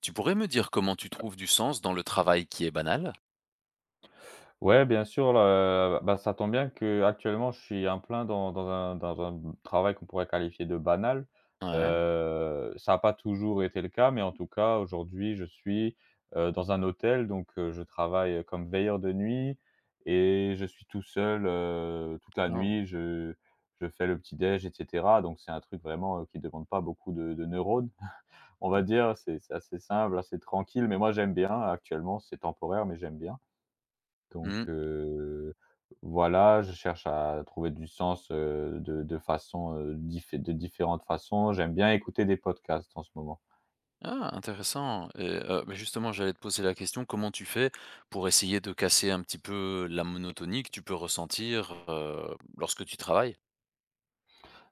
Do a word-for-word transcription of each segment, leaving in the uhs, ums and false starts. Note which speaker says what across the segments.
Speaker 1: Tu pourrais me dire comment tu trouves du sens dans le travail qui est banal?
Speaker 2: Ouais, bien sûr, heu, bah, ça tombe bien que actuellement, je suis en plein dans dans un dans un travail qu'on pourrait qualifier de banal.
Speaker 1: Ouais.
Speaker 2: Heu, ça a pas toujours été le cas, mais en tout cas aujourd'hui je suis, heu, dans un hôtel donc heu, je travaille comme veilleur de nuit et je suis tout seul, heu, toute la
Speaker 1: Oh.
Speaker 2: nuit. Je je fais le petit-déj et cetera donc c'est un truc vraiment, heu, qui ne demande pas beaucoup de de neurones, on va dire. C'est c'est assez simple, assez tranquille mais moi j'aime bien. Actuellement, c'est temporaire mais j'aime bien. Donc
Speaker 1: Mmh.
Speaker 2: heu, voilà, je cherche à trouver du sens, heu, de de façon, heu, diffé de différentes façons. J'aime bien écouter des podcasts en ce moment.
Speaker 1: Ah, intéressant. Et heu, beh, justement j'allais te poser la question, comment tu fais pour essayer de casser un petit peu la monotonie que tu peux ressentir, heu, lorsque tu travailles?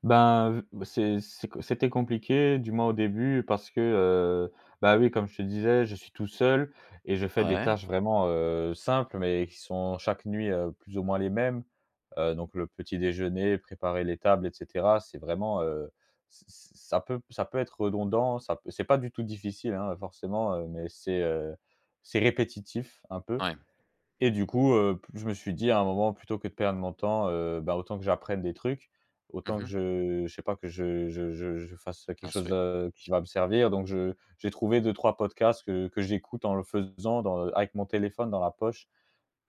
Speaker 2: Ben, v c'est c'est c'était compliqué, du moins au début, parce que, heu, bah, oui, comme je te disais, je suis tout seul et je fais des
Speaker 1: Ouais.
Speaker 2: tâches vraiment, heu, simples, mais qui sont chaque nuit, heu, plus ou moins les mêmes. Heu, donc le petit déjeuner, préparer les tables et cetera, c'est vraiment, heu, ç ç ça peut ça peut être redondant, ça peut c'est pas du tout difficile, hein, forcément, heu, mais c'est, heu, c'est répétitif un peu.
Speaker 1: Ouais.
Speaker 2: Et du coup, heu, p je me suis dit à un moment plutôt que de perdre mon temps, heu, bah, autant que j'apprenne des trucs,
Speaker 1: Mmh
Speaker 2: autant que
Speaker 1: mh.
Speaker 2: je je sais pas, que je je je je fasse quelque chose, heu, qui va me servir. Donc je j'ai trouvé deux trois podcasts que que j'écoute en le faisant dans avec mon téléphone dans la poche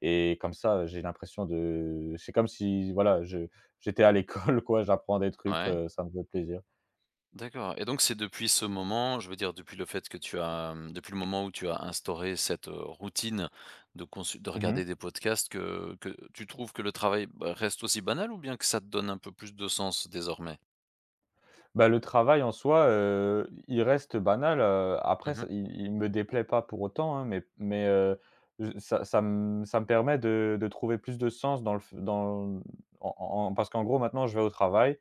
Speaker 2: et comme ça, heu, j'ai l'impression de c'est comme si voilà, je j'étais à l'école quoi, j'apprends des trucs,
Speaker 1: Ouais.
Speaker 2: heu, ça me fait plaisir.
Speaker 1: D'accord. Et donc c'est depuis ce moment, je veux dire depuis le fait que tu as, hem, depuis le moment où tu as instauré cette, heu, routine de consul de
Speaker 2: Mmh.
Speaker 1: regarder des podcasts, que que tu trouves que le travail, bah, reste aussi banal, ou bien que ça te donne un peu plus de sens désormais?
Speaker 2: Bah, le travail en soi, heu, il reste banal, heu, après
Speaker 1: Mmh
Speaker 2: ça il il me déplaît pas pour autant, hein, mais mais heu, je ça ça me ça me permet de de trouver plus de sens dans le f dans en en parce qu'en gros maintenant je vais au travail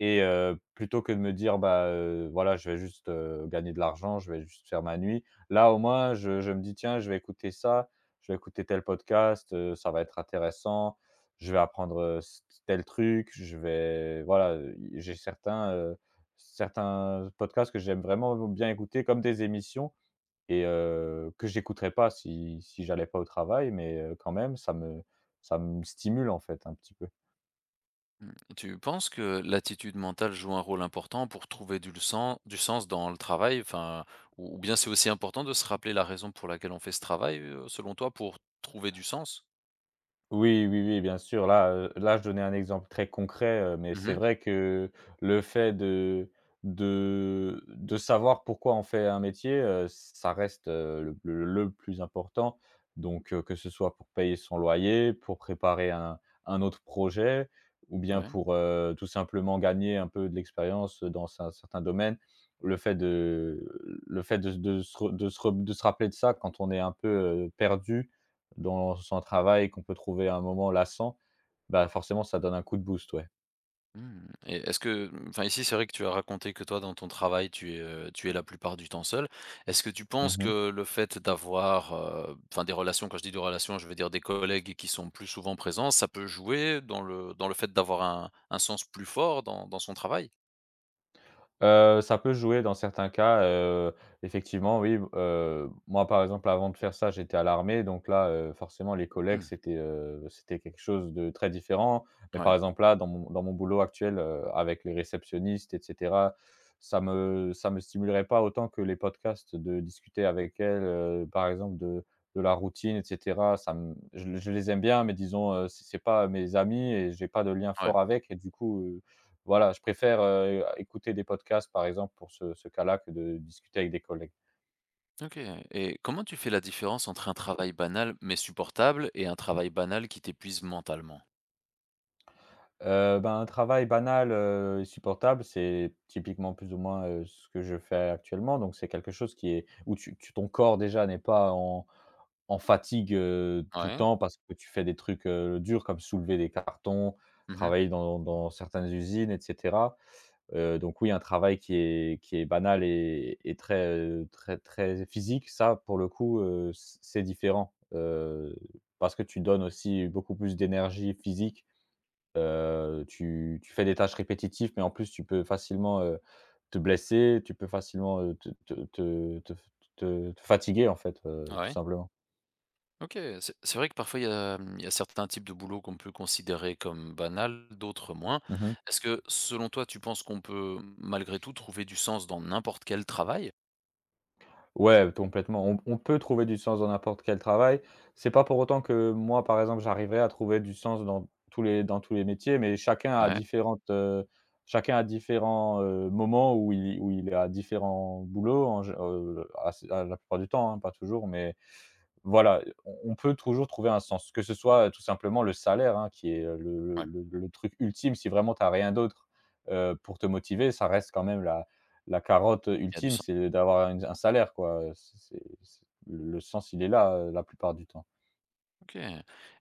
Speaker 2: et heu, plutôt que de me dire: «Bah, heu, voilà je vais juste, heu, gagner de l'argent, je vais juste faire ma nuit». Là au moins je je me dis: «Tiens je vais écouter ça, je vais écouter tel podcast, heu, ça va être intéressant, je vais apprendre, heu, c tel truc, je vais» voilà, j'ai certains, euh, certains podcasts que j'aime vraiment bien écouter, comme des émissions et heu, que j'écouterais pas si si j'allais pas au travail mais heu, quand même, ça me ça me stimule, en fait, un petit peu.
Speaker 1: mh, mmh. Tu penses que l'attitude mentale joue un rôle important pour trouver du sens, du sens dans le travail? Enfin, ou ou bien c'est aussi important de se rappeler la raison pour laquelle on fait ce travail, heu, selon toi, pour trouver du sens?
Speaker 2: Oui, oui, oui, bien sûr. Là, heu, là, je donnais un exemple très concret, heu, mais c'est
Speaker 1: Mmh.
Speaker 2: vrai que le fait de de de savoir pourquoi on fait un métier, heu, ça reste, heu, le le le plus important. Donc, heu, que ce soit pour payer son loyer, pour préparer un un autre projet ou bien
Speaker 1: Ouais.
Speaker 2: pour, heu, tout simplement gagner un peu de l'expérience dans un certain domaine. Le fait de le fait de de se re de se re de se rappeler de ça quand on est un peu, heu, perdu dans son travail, qu'on peut trouver à un moment lassant, bah, forcément ça donne un coup de boost, ouais.
Speaker 1: Mmh. Et est-ce que, enfin, ici, c'est vrai que tu as raconté que toi, dans ton travail, tu es, heu, tu es la plupart du temps seul. Est-ce que tu
Speaker 2: Mmh
Speaker 1: penses
Speaker 2: mh.
Speaker 1: que le fait d'avoir, heu, enfin, des relations, quand je dis des relations, je veux dire des collègues qui sont plus souvent présents, ça peut jouer dans le dans le fait d'avoir un un sens plus fort dans dans son travail?
Speaker 2: Heu, ça peut jouer dans certains cas, heu, effectivement oui. Heu, moi par exemple avant de faire ça, j'étais à l'armée donc là, heu, forcément les collègues
Speaker 1: Mmh,
Speaker 2: c'était, heu, c'était quelque chose de très différent. Mais
Speaker 1: ouais,
Speaker 2: par exemple là dans mon dans mon boulot actuel, heu, avec les réceptionnistes et cetera, ça me ça me stimulerait pas autant que les podcasts de discuter avec elles, heu, par exemple de de la routine et cetera. Ça me je je les aime bien mais disons, heu, c'est c'est pas mes amis et j'ai pas de lien
Speaker 1: ouais.
Speaker 2: fort avec et du coup, heu voilà, je préfère, heu, écouter des podcasts, par exemple, pour ce ce cas-là, que de discuter avec des collègues.
Speaker 1: OK. Et comment tu fais la différence entre un travail banal mais supportable et un travail banal qui t'épuise mentalement?
Speaker 2: Heu, ben, un travail banal, heu et supportable, c'est typiquement plus ou moins, heu, ce que je fais actuellement, donc c'est quelque chose qui est où tu tu ton corps déjà n'est pas en en fatigue, heu, tout le
Speaker 1: Ouais.
Speaker 2: temps parce que tu fais des trucs, heu, durs comme soulever des cartons,
Speaker 1: Mmh.
Speaker 2: travailler dans dans certaines usines et cetera. Heu, donc oui, un travail qui est qui est banal et et très, heu, très, très physique, ça, pour le coup, heu, c c'est différent, heu, parce que tu donnes aussi beaucoup plus d'énergie physique, heu, tu tu fais des tâches répétitives, mais en plus, tu peux facilement, heu, te blesser, tu peux facilement, heu, te te te te te te fatiguer, en fait, heu, tout
Speaker 1: Ouais.
Speaker 2: simplement.
Speaker 1: OK, c'est c'est vrai que parfois il y a, mmh, il y a certains types de boulots qu'on peut considérer comme banals, d'autres moins.
Speaker 2: Mmh.
Speaker 1: Est-ce que, selon toi, tu penses qu'on peut, mmh, malgré tout trouver du sens dans n'importe quel travail?
Speaker 2: Ouais, complètement. On on peut trouver du sens dans n'importe quel travail. C'est pas pour autant que moi, par exemple, j'arriverai à trouver du sens dans tous les dans tous les métiers, mais chacun a
Speaker 1: Ouais,
Speaker 2: différentes, heu, chacun a différents, heu, moments où il où il a différents boulots en gé heu, à à la plupart du temps, hein, pas toujours, mais voilà, on on peut toujours trouver un sens, que ce soit, heu, tout simplement le salaire, hein, qui est, heu, le le
Speaker 1: ouais,
Speaker 2: le le truc ultime si vraiment tu as rien d'autre, heu, pour te motiver, ça reste quand même la la carotte,
Speaker 1: il y a du
Speaker 2: ultime,
Speaker 1: sens.
Speaker 2: c'est d'avoir une un salaire quoi, c'est c'est c'est le sens il est là, heu, la plupart du temps.
Speaker 1: OK.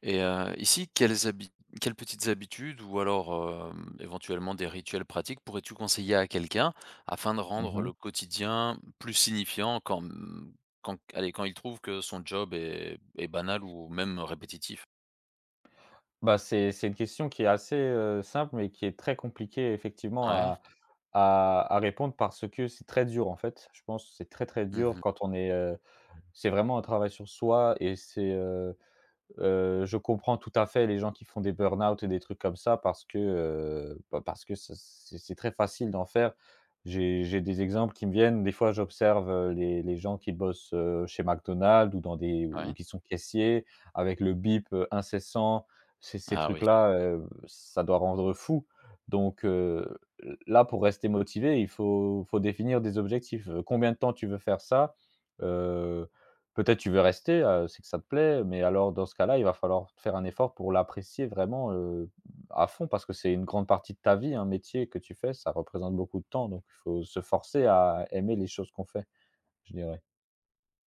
Speaker 1: Et heu, ici, quelles habi quelles petites habitudes, ou alors, hem, éventuellement des rituels pratiques pourrais-tu conseiller à quelqu'un afin de rendre
Speaker 2: Mmh.
Speaker 1: le quotidien plus signifiant quand, mmh, quand, allez, quand il trouve que son job est est banal ou même répétitif?
Speaker 2: Bah, c'est c'est une question qui est assez, heu, simple, mais qui est très compliquée effectivement
Speaker 1: Ouais.
Speaker 2: à à à répondre parce que c'est très dur en fait. Je pense que c'est très, très dur
Speaker 1: Mmh.
Speaker 2: quand on est, heu c'est vraiment un travail sur soi et c'est, euh, Heu, je comprends tout à fait les gens qui font des burn-out et des trucs comme ça parce que, heu, bah, parce que ça c'est c'est très facile d'en faire. J'ai j'ai des exemples qui me viennent. Des fois, j'observe, heu, les les gens qui bossent, heu, chez McDonald's ou dans des
Speaker 1: Ouais.
Speaker 2: ou qui sont caissiers avec le bip, heu, incessant. Ces ces
Speaker 1: Ah oui.
Speaker 2: trucs-là, heu, ça doit rendre fou. Donc, heu, là, pour rester motivé, il faut faut définir des objectifs. Heu, combien de temps tu veux faire ça? Euh, Peut-être tu veux rester, heu, c'est que ça te plaît, mais alors dans ce cas-là, il va falloir faire un effort pour l'apprécier vraiment, heu, à fond parce que c'est une grande partie de ta vie, un métier que tu fais, ça représente beaucoup de temps, donc il faut se forcer à aimer les choses qu'on fait, je dirais.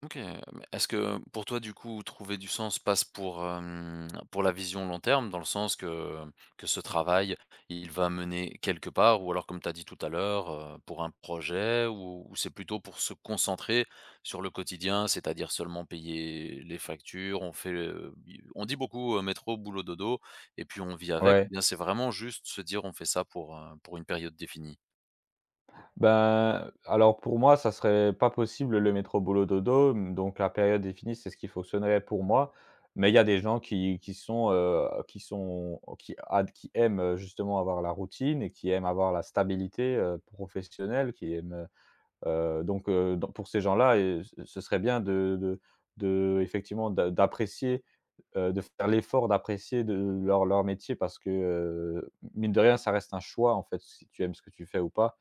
Speaker 1: OK, mais est-ce que pour toi, du coup, trouver du sens passe pour, hem, pour la vision long terme, dans le sens que que ce travail, il va mener quelque part, ou alors, comme tu as dit tout à l'heure, heu, pour un projet, ou ou c'est plutôt pour se concentrer sur le quotidien, c'est-à-dire seulement payer les factures, on fait, heu, bi on dit beaucoup, heu: «Métro, boulot, dodo» et puis on vit avec, ou
Speaker 2: Ouais.
Speaker 1: bien c'est vraiment juste se dire: «On fait ça pour, heu, pour une période définie»?
Speaker 2: Ben, alors pour moi, ça serait pas possible le métro boulot dodo, mmh, donc la période définie, c'est ce qui fonctionnerait pour moi. Mais il y a des gens qui qui sont, heu, qui sont qui ad qui aiment, heu, justement avoir la routine et qui aiment avoir la stabilité, heu, professionnelle, qui aiment, heu Heu, donc heu, dans pour ces gens-là et ce ce serait bien de de de effectivement d'a d'apprécier, heu, de faire l'effort d'apprécier de leur leur métier parce que, heu, mine de rien, ça reste un choix, en fait, si tu aimes ce que tu fais ou pas.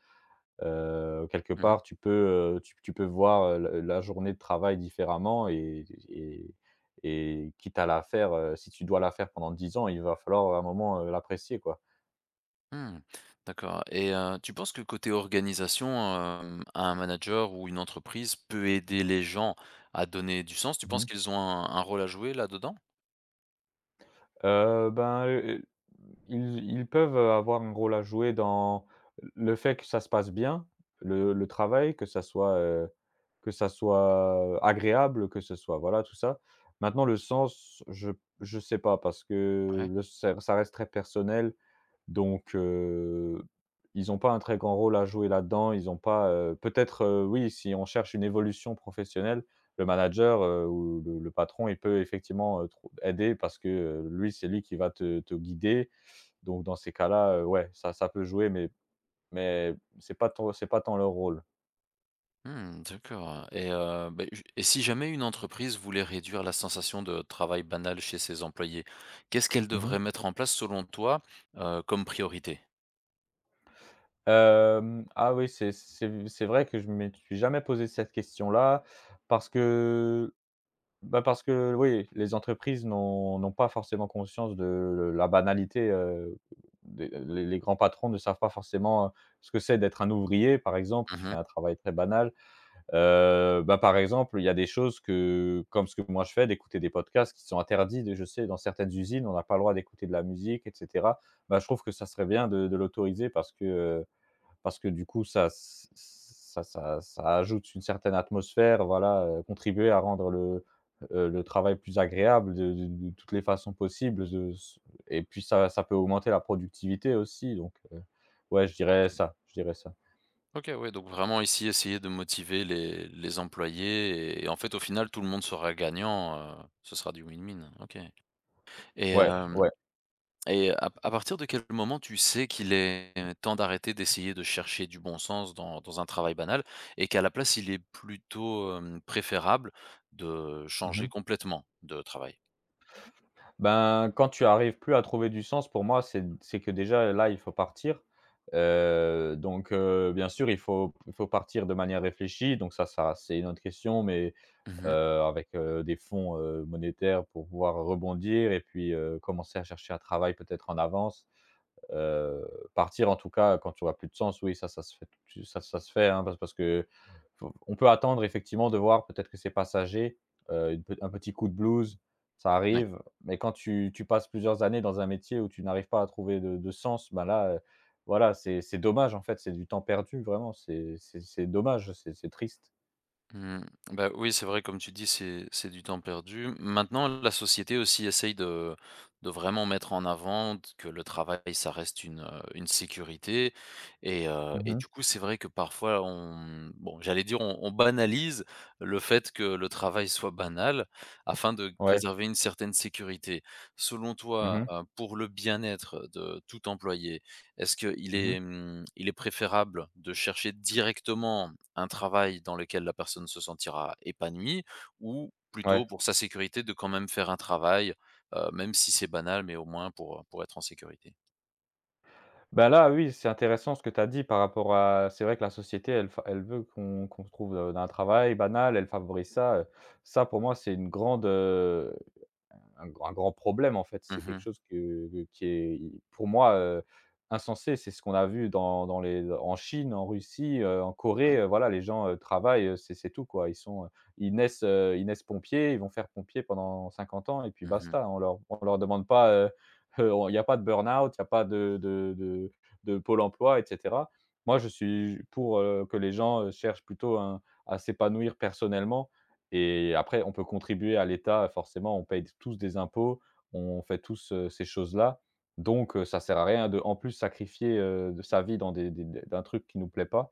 Speaker 2: Heu, quelque part, tu peux, heu, tu tu peux voir, heu, la la journée de travail différemment et et et quitte à la faire, heu, si tu dois la faire pendant dix ans, il va falloir à un moment, heu, l'apprécier, quoi.
Speaker 1: Mmh. D'accord. Et heu, tu penses que, côté organisation, hem, un manager ou une entreprise peut aider les gens à donner du sens? Tu penses
Speaker 2: Mmh.
Speaker 1: qu'ils ont un un rôle à jouer là-dedans?
Speaker 2: Heu, ben, heu, ils ils peuvent avoir un rôle à jouer dans le fait que ça se passe bien, le le travail, que ça soit, heu, que ça soit agréable, que ce soit voilà, tout ça. Maintenant le sens, je je sais pas parce que
Speaker 1: Ouais.
Speaker 2: le ça ça reste très personnel donc, heu, ils n'ont pas un très grand rôle à jouer là-dedans. Ils ont pas, heu, peut-être, heu, oui, si on cherche une évolution professionnelle, le manager, heu, ou le le patron, il peut effectivement, heu, trou aider parce que, heu, lui, c'est lui qui va te te guider. Donc dans ces cas-là, heu, ouais, ça ça peut jouer, mais mais c'est pas ton c'est pas tant leur rôle.
Speaker 1: Mmh, d'accord. Et heu, beh, j et si jamais une entreprise voulait réduire la sensation de travail banal chez ses employés, qu'est-ce qu'elle
Speaker 2: Mmh
Speaker 1: devrait
Speaker 2: mh.
Speaker 1: mettre en place selon toi, heu, comme priorité?
Speaker 2: Ah oui, c'est c'est c'est vrai que je ne me suis jamais posé cette question-là parce que bah, parce que oui, les entreprises n'ont n'ont pas forcément conscience de la banalité, heu, des les les grands patrons ne savent pas forcément, heu, ce que c'est d'être un ouvrier, par exemple, qui fait
Speaker 1: Mmh.
Speaker 2: un travail très banal. Heu, bah, par exemple, il y a des choses que comme ce que moi je fais, d'écouter des podcasts qui sont interdits de je sais, dans certaines usines, on n'a pas le droit d'écouter de la musique et cetera. Bah, je trouve que ça serait bien de de l'autoriser parce que, euh, parce que du coup ça ça ça ça ajoute une certaine atmosphère, voilà, heu, contribuer à rendre le, heu, le travail plus agréable de de de toutes les façons possibles, de et puis ça ça peut augmenter la productivité aussi donc heu, ouais, je
Speaker 1: OK.
Speaker 2: dirais ça, je dirais ça.
Speaker 1: OK, ouais, donc vraiment, ici, essayer de motiver les les employés, et et en fait, au final, tout le monde sera gagnant, heu, ce sera du win-win. OK. Et
Speaker 2: Ouais,
Speaker 1: hem,
Speaker 2: ouais.
Speaker 1: et à à partir de quel moment tu sais qu'il est temps d'arrêter d'essayer de chercher du bon sens dans dans un travail banal, et qu'à la place, il est plutôt, hem, préférable de changer
Speaker 2: Mmh.
Speaker 1: complètement de travail?
Speaker 2: Ben, quand tu arrives plus à trouver du sens pour moi, c'est c'est que déjà là, il faut partir, heu, donc heu, bien sûr, il faut il faut partir de manière réfléchie donc ça ça c'est une autre question, mais
Speaker 1: Mmh.
Speaker 2: heu, avec, heu, des fonds, heu, monétaires pour pouvoir rebondir et puis, heu, commencer à chercher un travail peut-être en avance. Heu, Partir en tout cas quand tu auras plus de sens, oui, ça ça se fait tout ça ça se fait, hein, parce parce que faut on peut attendre effectivement de voir peut-être que c'est passager, heu, une pe un petit coup de blues, ça arrive, mais quand tu tu passes plusieurs années dans un métier où tu n'arrives pas à trouver de de sens, ben là, heu, voilà, c'est c'est dommage en fait, c'est du temps perdu vraiment, c'est c'est c'est dommage, c'est c'est triste.
Speaker 1: Mmh. Bah, oui, c'est vrai, comme tu dis, c'est c'est du temps perdu. Maintenant, la société aussi essaye de de vraiment mettre en avant que le travail, ça reste une, euh, une sécurité. Et, euh, et
Speaker 2: Mmh.
Speaker 1: du coup, c'est vrai que parfois, on, bon, j'allais dire, on, on banalise le fait que le travail soit banal afin de
Speaker 2: Ouais.
Speaker 1: préserver une certaine sécurité. Selon
Speaker 2: Mmh
Speaker 1: toi,
Speaker 2: mh.
Speaker 1: euh, pour le bien-être de tout employé, est-ce qu'il
Speaker 2: Mmh.
Speaker 1: est, hum, il est préférable de chercher directement un travail dans lequel la personne se sentira épanouie, ou plutôt,
Speaker 2: Ouais.
Speaker 1: pour sa sécurité, de quand même faire un travail, heu, même si c'est banal, mais au moins pour, pour être en sécurité.
Speaker 2: Bah, là, oui, c'est intéressant ce que tu as dit par rapport à c'est vrai que la société, elle fa elle veut qu'on qu'on se trouve, heu, dans un travail banal, elle favorise ça, heu, ça pour moi, c'est une grande, un grand un grand problème en fait. C'est quelque
Speaker 1: Mmh.
Speaker 2: chose que qui est pour moi, heu, insensé. C'est ce qu'on a vu dans dans les en Chine, en Russie, heu, en
Speaker 1: Ouais.
Speaker 2: Corée, heu, voilà les gens, heu, travaillent, heu, c'est c'est tout quoi. Ils sont, heu, ils naissent, heu, ils naissent pompiers, ils vont faire pompier pendant cinquante ans et puis
Speaker 1: Mmh.
Speaker 2: basta. On leur on leur demande pas, heu, heu, il y a pas de burn-out, il y a pas de de de de Pôle emploi et cetera. Moi je suis pour, heu, que les gens, heu, cherchent plutôt un à s'épanouir personnellement et après, on peut contribuer à l'État, forcément, on paye tous des impôts, on fait tous, heu, ces choses-là. Donc, heu, ça sert à rien de, en plus, sacrifier, heu, de sa vie dans des des des d'un truc qui nous plaît pas.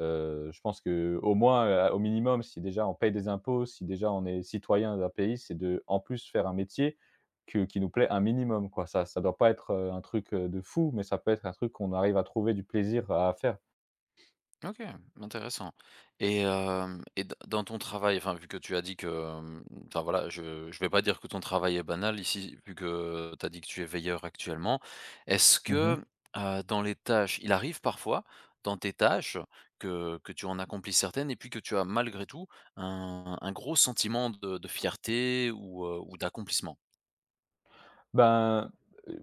Speaker 2: Heu, je pense que, au moins, heu, au minimum, si déjà on paye des impôts, si déjà on est citoyen d'un pays, c'est de, en plus, faire un métier que qui nous plaît un minimum, quoi. Ça ça doit pas être, heu, un truc, heu, de fou, mais ça peut être un truc qu'on arrive à trouver du plaisir à faire.
Speaker 1: OK, intéressant. Et hem, et d dans ton travail, enfin, vu que tu as dit que, hem, enfin, voilà, je je vais pas dire que ton travail est banal ici, vu que tu as dit que tu es veilleur actuellement. Est-ce
Speaker 2: Mmh.
Speaker 1: que, heu, dans les tâches il arrive parfois dans tes tâches que que tu en accomplis certaines, et puis que tu as, malgré tout, un un gros sentiment de de fierté, ou, heu, ou d'accomplissement?
Speaker 2: Ben, heu,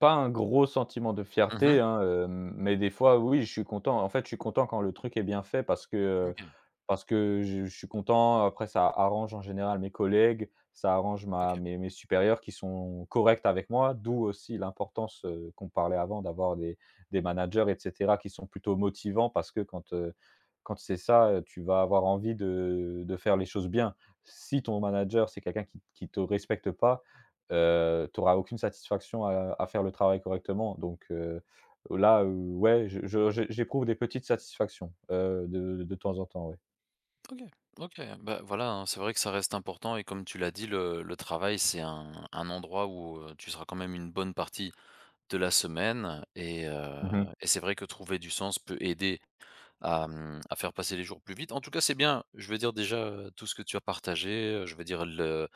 Speaker 2: pas un gros sentiment de
Speaker 1: Mmh.
Speaker 2: fierté, hein, hem, mais des fois, oui, je suis content. En fait, je suis content quand le truc est bien fait parce que, heu,
Speaker 1: OK,
Speaker 2: parce que je je suis content. Après, ça arrange en général mes collègues, ça arrange ma
Speaker 1: OK.
Speaker 2: mes mes supérieurs qui sont corrects avec moi, d'où aussi l'importance, heu, qu'on parlait avant d'avoir des des managers et cetera qui sont plutôt motivants parce que quand, heu, quand c'est ça, heu, tu vas avoir envie de de faire les choses bien. Si ton manager, c'est quelqu'un qui qui te respecte pas. Heu, tu auras aucune satisfaction à à faire le travail correctement, donc heu, là, heu, ouais, je je j'é j'éprouve des petites satisfactions, heu, de de temps en temps, ouais.
Speaker 1: OK. OK, bah, voilà, hein, c'est vrai que ça reste important, et comme tu l'as dit, le le travail, c'est un un endroit où, heu, tu seras quand même une bonne partie de la semaine. Et heu,
Speaker 2: Mmh.
Speaker 1: et c'est vrai que trouver du sens peut aider à, mmh, à faire passer les jours plus vite. En tout cas, c'est bien, je veux dire, déjà, heu, tout ce que tu as partagé, heu, je veux dire le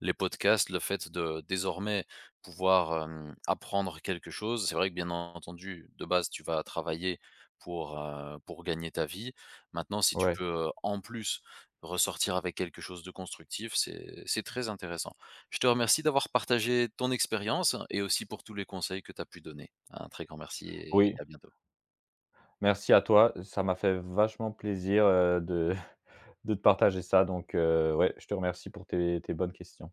Speaker 1: les podcasts, le fait de désormais pouvoir, hem, apprendre quelque chose. C'est vrai que, bien entendu, de base, tu vas travailler pour, heu, pour gagner ta vie. Maintenant, si tu peux,
Speaker 2: Ouais.
Speaker 1: heu, en plus, ressortir avec quelque chose de constructif, c'est c'est très intéressant. Je te remercie d'avoir partagé ton expérience, et aussi pour tous les conseils que tu as pu donner. Un très grand merci, et
Speaker 2: Oui,
Speaker 1: à bientôt.
Speaker 2: merci à toi, ça m'a fait vachement plaisir, heu, de de te partager ça, donc heu, ouais, je te remercie pour tes tes bonnes questions.